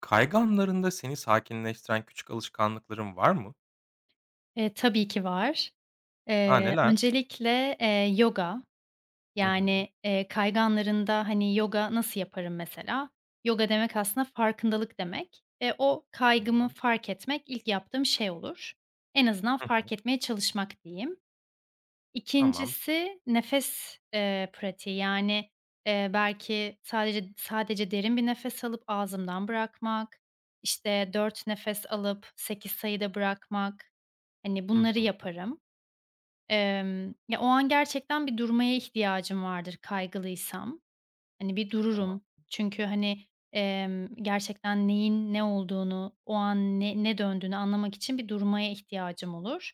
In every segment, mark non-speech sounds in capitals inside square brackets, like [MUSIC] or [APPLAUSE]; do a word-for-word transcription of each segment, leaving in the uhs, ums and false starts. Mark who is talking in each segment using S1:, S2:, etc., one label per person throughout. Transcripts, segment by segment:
S1: Kayganlarında seni sakinleştiren küçük alışkanlıkların var mı?
S2: Eee, tabii ki var.
S1: A,
S2: Eee,
S1: neler?
S2: öncelikle, eee, yoga,
S1: Hı hı.
S2: yani, eee, kayganlarında, hani, yoga nasıl yaparım mesela? Yoga demek aslında farkındalık demek. Eee, o kaygımı
S1: Tamam.
S2: fark etmek ilk yaptığım şey olur. En azından
S1: Hı hı.
S2: fark etmeye çalışmak diyeyim.
S1: Tamam.
S2: İkincisi nefes, eee, pratiği, yani, eee, belki sadece sadece derin bir nefes alıp ağzımdan bırakmak, işte, dört nefes alıp sekiz sayıda bırakmak, hani,
S1: Hı
S2: bunları
S1: hı.
S2: yaparım. Emm, ya, o an gerçekten bir durmaya ihtiyacım vardır kaygılıysam. Hani, bir
S1: Tamam.
S2: dururum. Çünkü, hani, emm, gerçekten neyin ne olduğunu, o an ne ne döndüğünü anlamak için bir durmaya ihtiyacım olur.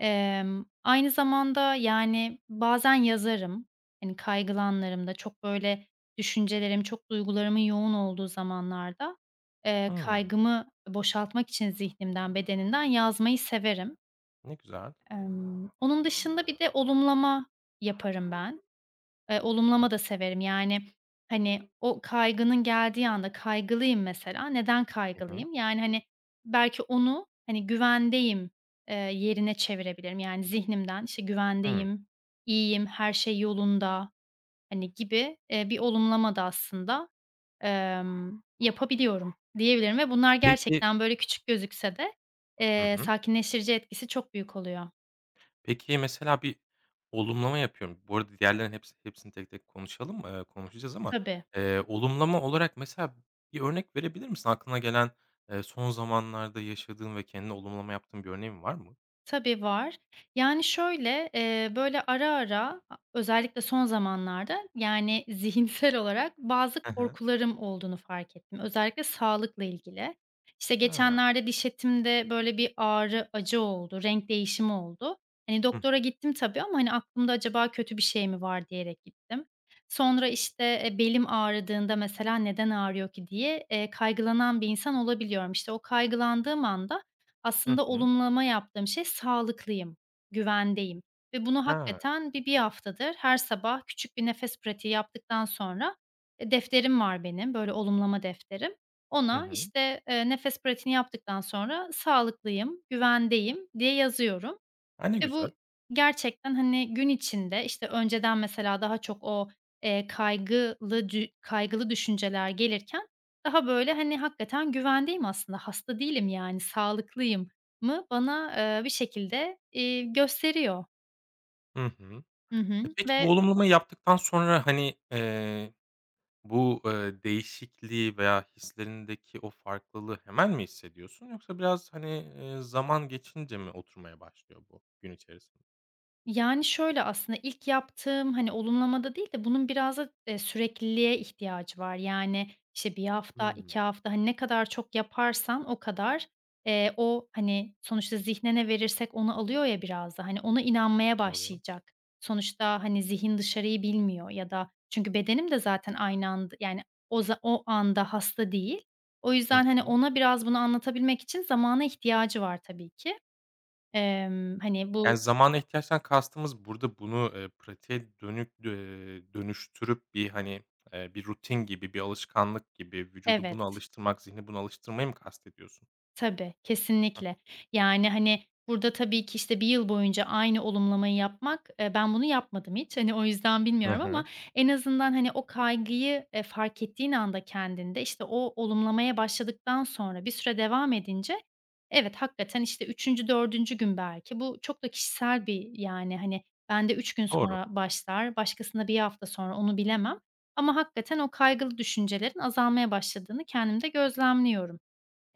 S2: Emm, aynı zamanda, yani, bazen yazarım. Hani, kaygılanlarımda çok böyle düşüncelerim, çok duygularımın yoğun olduğu zamanlarda, eee,
S1: Hımm.
S2: kaygımı boşaltmak için zihnimden, bedenimden yazmayı severim.
S1: Ne güzel.
S2: Emm, onun dışında bir de olumlama yaparım ben. Eee, olumlama da severim. Yani, hani, o kaygının geldiği anda kaygılıyım mesela. Neden
S1: Hı hı.
S2: kaygılıyım? Yani, hani, belki onu, hani, güvendeyim, eee, yerine çevirebilirim. Yani, zihnimden, işte,
S1: Hımm.
S2: güvendeyim, iyiyim, her şey yolunda, hani, gibi, eee, bir olumlama da aslında, emm, yapabiliyorum diyebilirim ve bunlar
S1: Peki.
S2: gerçekten, böyle, küçük gözükse de,
S1: Hı
S2: eee,
S1: hı.
S2: sakinleştirici etkisi çok büyük oluyor.
S1: Peki, mesela bir olumlama yapıyorum. Bu arada diğerlerinin hepsi hepsini tek tek konuşalım, eee, konuşacağız ama,
S2: Tabii.
S1: eee, olumlama olarak mesela bir örnek verebilir misin? Aklına gelen, eee, son zamanlarda yaşadığın ve kendine olumlama yaptığın bir örneğin var mı?
S2: Tabii, var. Yani, şöyle, eee, böyle, ara ara, a özellikle son zamanlarda, yani, [LAUGHS] zihinsel olarak bazı
S1: Hı hı.
S2: korkularım olduğunu fark ettim. Özellikle sağlıkla ilgili. İşte,
S1: Ha.
S2: geçenlerde diş etimde, böyle, bir ağrı, acı oldu, renk değişimi oldu. Hani,
S1: Hı.
S2: doktora gittim tabii ama, hani, aklımda acaba kötü bir şey mi var diyerek gittim. Sonra, işte, eee, belim ağrıdığında mesela neden ağrıyor ki diye, eee, kaygılanan bir insan olabiliyorum. İşte, o kaygılandığım anda
S1: Hı
S2: aslında
S1: hı.
S2: olumlama yaptığım şey sağlıklıyım, güvendeyim ve bunu
S1: Ha.
S2: hakikaten bir bir haftadır her sabah küçük bir nefes pratiği yaptıktan sonra, eee, defterim var benim, böyle, olumlama defterim.
S1: Hı
S2: Ona,
S1: hı.
S2: işte, eee, nefes pratiğini yaptıktan sonra sağlıklıyım, güvendeyim diye yazıyorum.
S1: A, ne
S2: Ve bu
S1: güzel.
S2: gerçekten, hani, gün içinde, işte, önceden mesela daha çok o, eee, kaygılı dü kaygılı düşünceler gelirken daha, böyle, hani, hakikaten güvendeyim aslında, hasta değilim, yani, sağlıklıyım mı bana, eee, bir şekilde, eee, gösteriyor.
S1: Hı hı.
S2: Hı
S1: E,
S2: hı.
S1: peki
S2: Ve
S1: bu olumlamayı yaptıktan sonra, hani, eee, bu, eee, değişikliği veya hislerindeki o farklılığı hemen mi hissediyorsun yoksa biraz, hani, eee, zaman geçince mi oturmaya başlıyor bu gün içerisinde?
S2: yani, şöyle aslında ilk yaptığım, hani, olumlamada değil de bunun biraz da, eee, sürekliliğe ihtiyacı var. Yani, işte, bir hafta, iki
S1: Hımm.
S2: hafta, hani, ne kadar çok yaparsan o kadar, eee, o, hani, sonuçta zihnine verirsek onu alıyor ya biraz da, hani, ona inanmaya
S1: Doğru.
S2: başlayacak. Sonuçta, hani, zihin dışarıyı bilmiyor ya da çünkü bedenim de zaten aynı anda, yani, o za o anda hasta değil. O
S1: Hı
S2: yüzden, hani,
S1: hı.
S2: ona biraz bunu anlatabilmek için zamana ihtiyacı var tabii ki. Emm, hani,
S1: Yani,
S2: bu...
S1: zamana ihtiyaçtan kastımız burada bunu, eee, pratiğe dönük, eee, dönüştürüp bir, hani, eee, bir rutin gibi, bir alışkanlık gibi vücudu buna
S2: Evet.
S1: alıştırmak, zihni buna alıştırmayı mı kastediyorsun?
S2: Tabii, kesinlikle. Yani, hani, burada tabii ki, işte, bir yıl boyunca aynı olumlamayı yapmak, eee, ben bunu yapmadım hiç. Hani, o yüzden
S1: Hı
S2: bilmiyorum ama
S1: hı.
S2: en azından, hani, o kaygıyı, eee, fark ettiğin anda kendinde, işte, o olumlamaya başladıktan sonra bir süre devam edince evet, hakikaten, işte, üçüncü dördüncü gün belki bu çok da kişisel bir, yani, hani, bende üç gün
S1: Doğru.
S2: sonra başlar, başkasında bir hafta sonra onu bilemem ama hakikaten o kaygılı düşüncelerin azalmaya başladığını kendimde gözlemliyorum.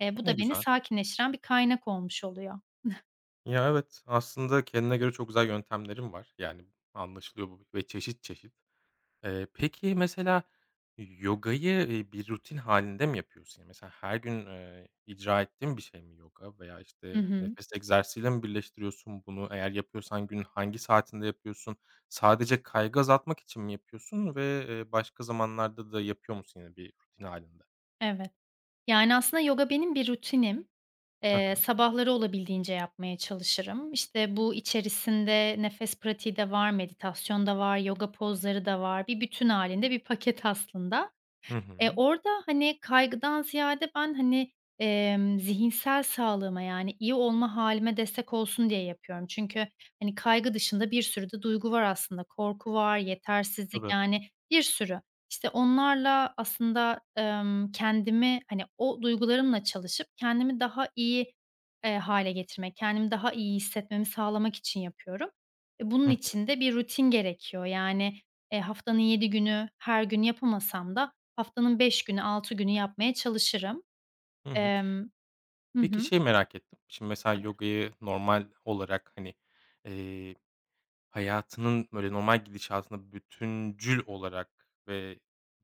S2: Eee, bu
S1: Ne
S2: da beni
S1: güzel.
S2: sakinleştiren bir kaynak olmuş oluyor. [LAUGHS]
S1: Ya, evet, aslında kendine göre çok güzel yöntemlerim var. Yani, anlaşılıyor bu ve çeşit çeşit. Eee, peki, mesela yogayı, eee, bir rutin halinde mi yapıyorsun? Yani mesela her gün, eee, icra ettiğin bir şey mi yoga veya,
S2: Hı
S1: işte,
S2: hı.
S1: nefes egzersiziyle mi birleştiriyorsun bunu? Eğer yapıyorsan günün hangi saatinde yapıyorsun? Sadece kaygı azaltmak için mi yapıyorsun ve, eee, başka zamanlarda da yapıyor musun yine bir rutin halinde?
S2: Evet. Yani, aslında yoga benim bir rutinim.
S1: Hı
S2: Eee,
S1: hı.
S2: sabahları olabildiğince yapmaya çalışırım. İşte, bu içerisinde nefes pratiği de var, meditasyon da var, yoga pozları da var. Bir bütün halinde bir paket aslında.
S1: Hı
S2: Eee,
S1: hı.
S2: orada, hani, kaygıdan ziyade ben, hani, emm, zihinsel sağlığıma, yani, iyi olma halime destek olsun diye yapıyorum. Çünkü, hani, kaygı dışında bir sürü de duygu var aslında. Korku var, yetersizlik,
S1: Tabii.
S2: yani, bir sürü. İşte, onlarla aslında, emm, kendimi, hani, o duygularımla çalışıp kendimi daha iyi, eee, hâle getirmek, kendimi daha iyi hissetmemi sağlamak için yapıyorum. E, bunun
S1: Hı hı.
S2: için de bir rutin gerekiyor. Yani, eee, haftanın yedi günü her gün yapamasam da haftanın beş günü, altı günü yapmaya çalışırım.
S1: Hı hı.
S2: Emm Hı
S1: Peki,
S2: hı.
S1: şey merak ettim. Şimdi mesela yogayı normal olarak, hani, eee, hayatının, böyle, normal gidişatında bütüncül olarak ve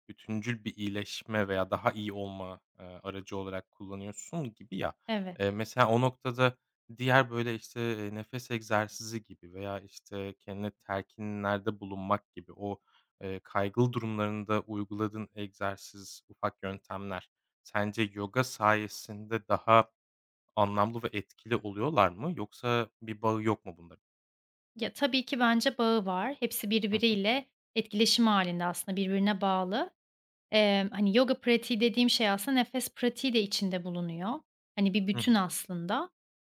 S1: bütüncül bir iyileşme veya daha iyi olma, eee, aracı olarak kullanıyorsun gibi ya.
S2: Evet.
S1: Eee, mesela o noktada diğer, böyle, işte, eee, nefes egzersizi gibi veya, işte, kendine telkinlerde bulunmak gibi o, eee, kaygılı durumlarında uyguladığın egzersiz, ufak yöntemler sence yoga sayesinde daha anlamlı ve etkili oluyorlar mı yoksa bir bağı yok mu bunların?
S2: Ya, tabii ki bence bağı var. Hepsi
S1: Hı hı.
S2: birbiriyle etkileşim hâlinde aslında, birbirine bağlı. Emm, hani, yoga pratiği dediğim şey aslında nefes pratiği de içinde bulunuyor. Hani, bir
S1: Hı
S2: bütün
S1: hı.
S2: aslında.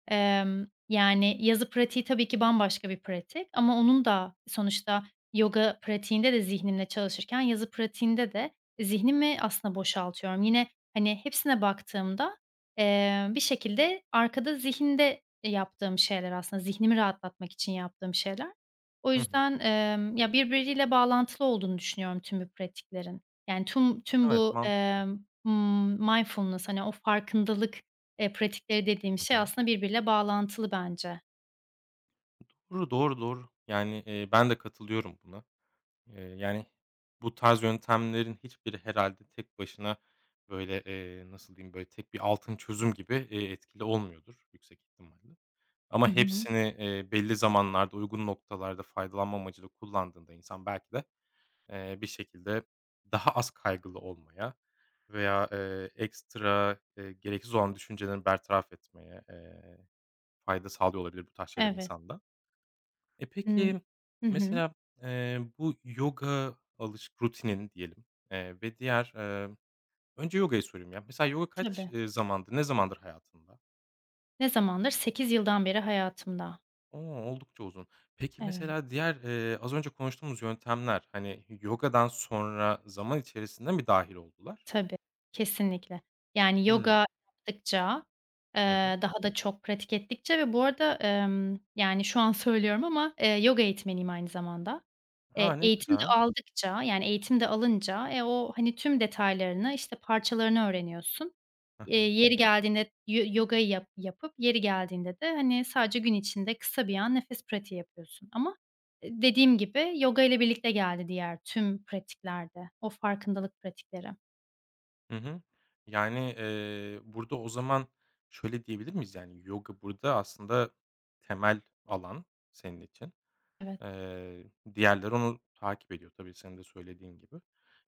S2: Emm, yani, yazı pratiği tabii ki bambaşka bir pratik ama onun da sonuçta yoga pratiğinde de zihnimle çalışırken yazı pratiğinde de zihnimi aslında boşaltıyorum. Yine, hani, hepsine baktığımda, eee, bir şekilde arkada zihinde yaptığım şeyler aslında, zihnimi rahatlatmak için yaptığım şeyler. O
S1: Hı hı.
S2: yüzden, emm, ya, birbiriyle bağlantılı olduğunu düşünüyorum tüm bu pratiklerin. Yani, tüm tüm
S1: Evet,
S2: bu,
S1: mantıklı.
S2: emm, ımm, mindfulness, hani, o farkındalık Eee, pratikleri dediğim şey
S1: Hı hı.
S2: aslında birbiriyle bağlantılı bence.
S1: Doğru, doğru, doğru. Yani, eee, ben de katılıyorum buna. Eee, yani, bu tarz yöntemlerin hiçbiri herhâlde tek başına, böyle, eee, nasıl diyeyim, böyle, tek bir altın çözüm gibi, eee, etkili olmuyordur yüksek ihtimalle.
S2: Hı
S1: Ama
S2: hı.
S1: hepsini, eee, belli zamanlarda, uygun noktalarda faydalanma amacıyla kullandığında insan belki de, eee, bir şekilde daha az kaygılı olmaya veya, eee, ekstra, eee, gereksiz olan düşüncelerini bertaraf etmeye, eee, fayda sağlıyor olabilir bu tarz şeyler
S2: Evet.
S1: insanda. E,
S2: Imm.
S1: peki,
S2: Hı hı.
S1: mesela, eee, bu yoga alış rutinin diyelim, eee, ve diğer, eee önce yogayı sorayım ya. Mesela yoga kaç,
S2: Tabii.
S1: eee, zamandır, ne zamandır hayatında?
S2: Ne zamandır? Sekiz yıldan beri hayatımda.
S1: O, oldukça uzun. Peki,
S2: Evet.
S1: mesela diğer, eee, az önce konuştuğumuz yöntemler, hani, yogadan sonra zaman içerisinde mi dahil oldular?
S2: Tabii, kesinlikle. Yani
S1: Hımm.
S2: yoga yaptıkça,
S1: Hı hı.
S2: eee, daha da çok pratik ettikçe ve bu arada, emm, yani, şu an [LAUGHS] söylüyorum ama, eee, yoga eğitmeniyim aynı zamanda.
S1: A,
S2: Eee,
S1: ne
S2: eğitim de
S1: güzel.
S2: aldıkça, yani, eğitim de alınca, e, o, hani, tüm detaylarını, işte, parçalarını öğreniyorsun.
S1: Hı
S2: Eee,
S1: hı.
S2: yeri geldiğinde yo yogayı yap yapıp yeri geldiğinde de, hani, sadece gün içinde kısa bir an nefes pratiği yapıyorsun ama, eee, dediğim gibi yoga ile birlikte geldi diğer tüm pratikler de, o farkındalık pratikleri.
S1: Hı hı. Yani, eee, burada o zaman şöyle diyebilir miyiz? Yani yoga burada aslında temel alan senin için.
S2: Evet.
S1: Eee, diğerleri onu takip ediyor tabii senin de söylediğin gibi.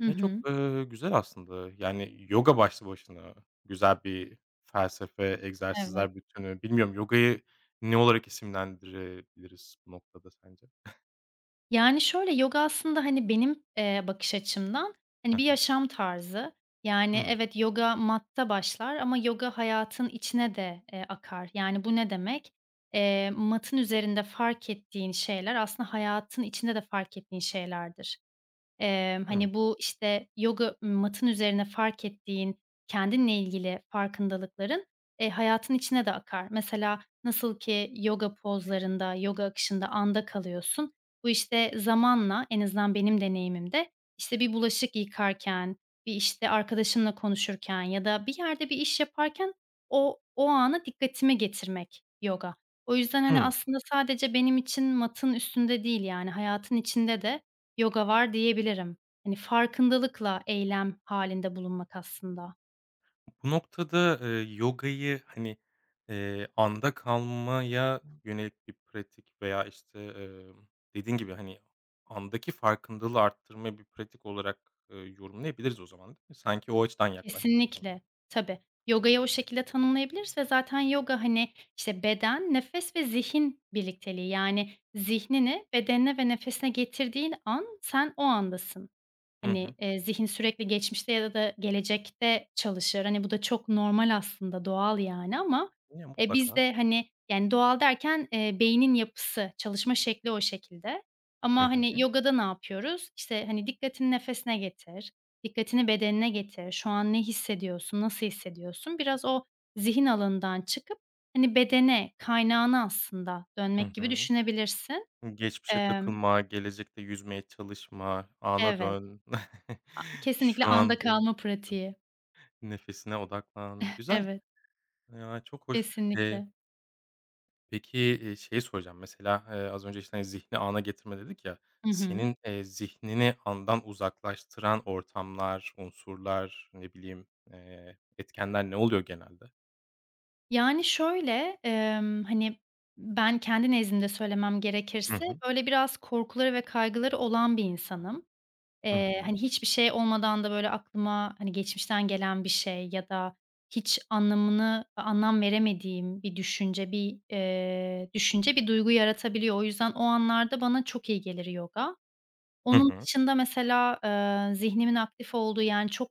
S2: Hı
S1: Ya, çok,
S2: hı.
S1: eee, güzel aslında. Yani yoga başlı başına güzel bir felsefe,
S2: Evet.
S1: egzersizler bütünü. Bilmiyorum yogayı ne olarak isimlendirebiliriz bu noktada sence?
S2: Yani, şöyle, yoga aslında, hani, benim, eee, bakış açımdan,
S1: Hı
S2: hani, bir
S1: hı.
S2: yaşam tarzı. Yani,
S1: Hıı.
S2: evet, yoga matta başlar ama yoga hayatın içine de, eee, akar. Yani, bu ne demek? Eee, matın üzerinde fark ettiğin şeyler aslında hayatın içinde de fark ettiğin şeylerdir. Emm,
S1: Hı.
S2: hani, bu, işte, yoga matın üzerine fark ettiğin, kendinle ilgili farkındalıkların, eee, hayatın içine de akar. Mesela nasıl ki yoga pozlarında, yoga akışında anda kalıyorsun, bu, işte, zamanla en azından benim deneyimimde, işte, bir bulaşık yıkarken, bir, işte, arkadaşımla konuşurken ya da bir yerde bir iş yaparken o o ana dikkatime getirmek yoga. O yüzden, hani,
S1: Hı.
S2: aslında sadece benim için matın üstünde değil, yani, hayatın içinde de yoga var diyebilirim. Hani, farkındalıkla eylem halinde bulunmak aslında.
S1: Bu noktada, eee, yogayı, hani, eee, anda kalmaya yönelik bir pratik veya, işte, emm, dediğin gibi, hani, andaki farkındalığı arttırmaya bir pratik olarak, eee, yorumlayabiliriz o zaman, değil mi? Sanki o açıdan yaklaştık sana.
S2: Kesinlikle. Tabii. Yogayı o şekilde tanımlayabiliriz ve zaten yoga, hani, işte, beden, nefes ve zihin birlikteliği. Yani zihnini bedenine ve nefesine getirdiğin an sen o andasın.
S1: Hı hı.
S2: Hani, eee, zihin sürekli geçmişte ya da gelecekte çalışır. Hani, bu da çok normal aslında, doğal yani ama,
S1: Ya,
S2: eee, biz
S1: mutlaka.
S2: de, hani, yani doğal derken, eee, beynin yapısı, çalışma şekli o şekilde. Ama,
S1: Hı
S2: hani,
S1: hı.
S2: yogada ne yapıyoruz? İşte, hani, dikkatini nefesine getir, dikkatini bedenine getir, şu an ne hissediyorsun, nasıl hissediyorsun? Biraz o zihin alanından çıkıp, hani, bedene, kaynağına aslında
S1: Hı
S2: dönmek gibi
S1: hı.
S2: düşünebilirsin.
S1: Geçmişe
S2: Emm
S1: takılma, gelecekte yüzmeye çalışma, ana
S2: Evet,
S1: dön. [LAUGHS]
S2: a kesinlikle
S1: Şu
S2: anda
S1: andayız.
S2: kalma pratiği.
S1: Nefesine odaklan. Güzel.
S2: Evet.
S1: Ya, çok hoş. Eee
S2: Kesinlikle.
S1: Peki, eee, şeyi soracağım, mesela, eee, az önce, işte, hani, "Zihni ana getirme" dedik ya.
S2: Hı hı.
S1: Senin, eee, zihnini andan uzaklaştıran ortamlar, unsurlar, ne bileyim, eee, etkenler ne oluyor genelde?
S2: Yani, şöyle, emm, hani, ben kendi nezdimde söylemem
S1: Hı
S2: gerekirse,
S1: hı.
S2: böyle, biraz korkuları ve kaygıları olan bir insanım.
S1: Hı
S2: Eee,
S1: hı.
S2: hani, hiçbir şey olmadan da, böyle, aklıma, hani, geçmişten gelen bir şey ya da hiç anlamını anlam veremediğim bir düşünce, bir, eee, düşünce bir duygu yaratabiliyor. O yüzden o anlarda bana çok iyi gelir yoga.
S1: Hı
S2: Onun
S1: hı.
S2: dışında mesela, eee, zihnimin aktif olduğu, yani, çok,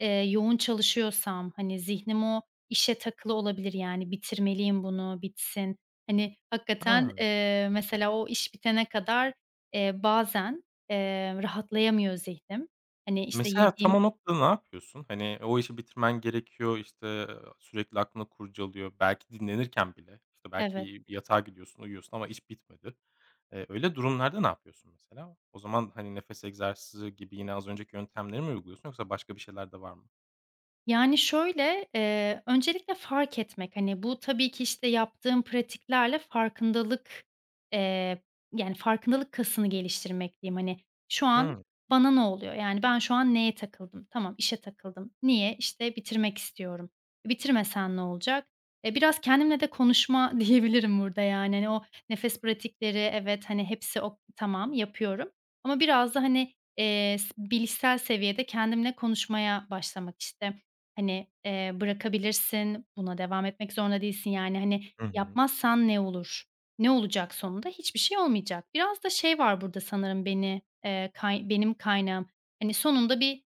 S2: eee, yoğun çalışıyorsam, hani, zihnim o işe takılı olabilir, yani, bitirmeliyim bunu, bitsin. Hani, hakikaten,
S1: A!
S2: eee, mesela o iş bitene kadar, eee, bazen, eee, rahatlayamıyor zihnim. Hani, işte,
S1: Mesela tam
S2: yediğim.
S1: o noktada ne yapıyorsun? Hani, o işi bitirmen gerekiyor, işte, sürekli aklını kurcalıyor. Belki dinlenirken bile, işte,
S2: Evet.
S1: belki yatağa gidiyorsun, uyuyorsun ama iş bitmedi. Eee, öyle durumlarda ne yapıyorsun mesela? O zaman, hani, nefes egzersizi gibi yine az önceki yöntemleri mi uyguluyorsun yoksa başka bir şeyler de var mı?
S2: Yani, şöyle, eee, öncelikle fark etmek, hani, bu tabii ki, işte, yaptığım pratiklerle farkındalık, eee, yani, farkındalık kasını geliştirmek diyeyim. Hani, şu an bana ne oluyor? Yani, ben şu an neye takıldım? Tamam, işe takıldım. Niye? İşte, bitirmek istiyorum. E, bitirmesen ne olacak? E, biraz kendimle de konuşma [LAUGHS] diyebilirim burada, yani. Hani, o nefes pratikleri, evet, hani, hepsi o tamam, yapıyorum ama biraz da, hani, eee, s bilişsel seviyede kendimle konuşmaya başlamak, işte. Hani, eee, bırakabilirsin, buna devam etmek zorunda değilsin. Yani, hani,
S1: Hı hı.
S2: yapmazsan ne olur? Ne olacak sonunda? Hiçbir şey olmayacak. Biraz da şey var burada sanırım beni, eee, kay benim kaynağım. Hani, sonunda bir,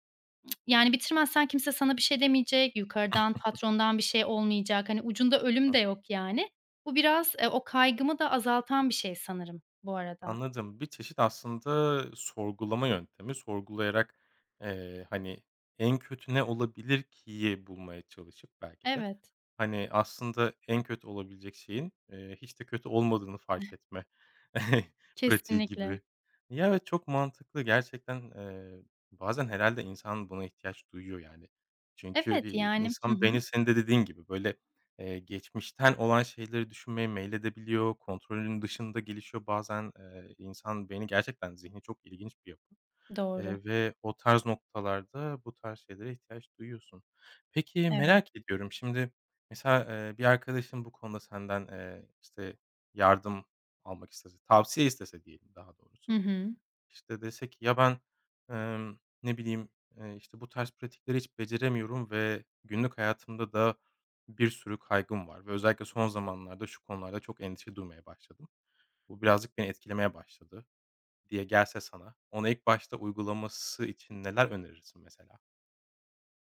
S2: yani, bitirmezsen kimse sana bir şey demeyecek, yukarıdan, patrondan bir şey olmayacak. Hani, ucunda ölüm de yok, yani. Bu biraz, eee, o kaygımı da azaltan bir şey sanırım bu arada.
S1: Anladım. Bir çeşit aslında sorgulama yöntemi. Sorgulayarak, eee, hani, en kötü ne olabilir ki'yi bulmaya çalışıp belki de,
S2: Evet,
S1: hani, aslında en kötü olabilecek şeyin, eee, hiç de kötü olmadığını fark etme [LAUGHS] pratiği
S2: kesinlikle.
S1: gibi. Ya, evet, çok mantıklı gerçekten. Eee, bazen herhâlde insan buna ihtiyaç duyuyor, yani. Çünkü,
S2: Evet,
S1: iii,
S2: yani. Hı
S1: insan
S2: hı.
S1: beyni senin de dediğin gibi, böyle, Eee, geçmişten olan şeyleri düşünmeye meyledebiliyor, kontrolünün dışında gelişiyor. Bazen, eee, insan beyni gerçekten zihni çok ilginç bir yapı,
S2: Doğru.
S1: eee, ve o tarz noktalarda bu tarz şeylere ihtiyaç duyuyorsun. Peki,
S2: Evet.
S1: merak ediyorum, şimdi mesela, eee, bir arkadaşın bu konuda senden, eee, işte, yardım almak istese, tavsiye istese diyelim daha
S2: Hı
S1: doğrusu,
S2: hı.
S1: işte, dese ki ya ben, emm, ne bileyim, eee, işte, bu tarz pratikleri hiç beceremiyorum ve günlük hayatımda da bir sürü kaygım var ve özellikle son zamanlarda şu konularda çok endişe duymaya başladım. Bu birazcık beni etkilemeye başladı diye gelse sana, ona ilk başta uygulaması için neler önerirsin mesela?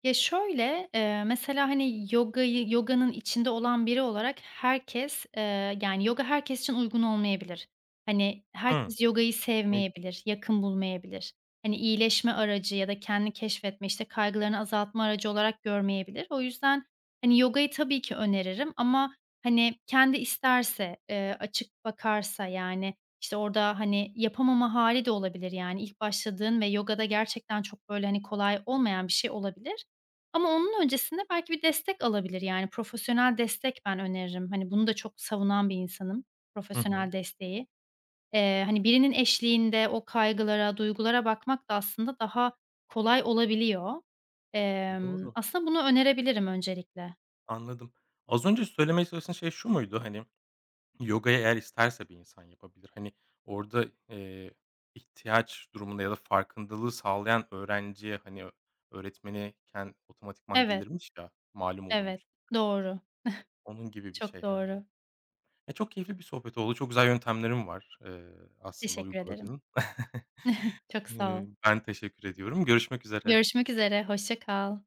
S2: Ya, şöyle, eee, mesela, hani, yogayı yoganın içinde olan biri olarak herkes, eee, yani, yoga herkes için uygun olmayabilir. Hani,
S1: Hımm.
S2: herkes yogayı
S1: İlgi.
S2: sevmeyebilir, yakın bulmayabilir. Hani, iyileşme aracı ya da kendini keşfetme, işte, kaygılarını azaltma aracı olarak görmeyebilir. O yüzden, hani, yogayı tabii ki öneririm ama, hani, kendi isterse, eee, açık bakarsa, yani, işte, orada, hani, yapamama hali de olabilir, yani, ilk başladığın ve yogada gerçekten çok, böyle, hani, kolay olmayan bir şey olabilir. Ama onun öncesinde belki bir destek alabilir. Yani profesyonel destek ben öneririm. Hani, bunu da çok savunan bir insanım,
S1: Hı hı.
S2: profesyonel desteği. Eee, hani, birinin eşliğinde o kaygılara, duygulara bakmak da aslında daha kolay olabiliyor. Emm,
S1: Doğru,
S2: aslında bunu önerebilirim öncelikle.
S1: anladım. Az önce söylemeye çalıştığın şey şu muydu? Hani, yoga'yı eğer isterse bir insan yapabilir. Hani, orada, eee, ihtiyaç durumunda ya da farkındalığı sağlayan öğrenciye, hani, ö öğretmeni ken otomatikman
S2: Evet,
S1: gelirmiş ya, malum
S2: evet.
S1: olurmuş.
S2: Doğru.
S1: Onun gibi bir
S2: Çok
S1: şey herhâlde.
S2: doğru.
S1: Ya, çok keyifli bir sohbet oldu. Çok güzel yöntemlerim var, eee, aslında
S2: Teşekkür ederim.
S1: uyguladığın. [LAUGHS]
S2: Çok sağ ol.
S1: Eee, ben teşekkür ediyorum. Görüşmek üzere.
S2: Görüşmek üzere, hoşça kal.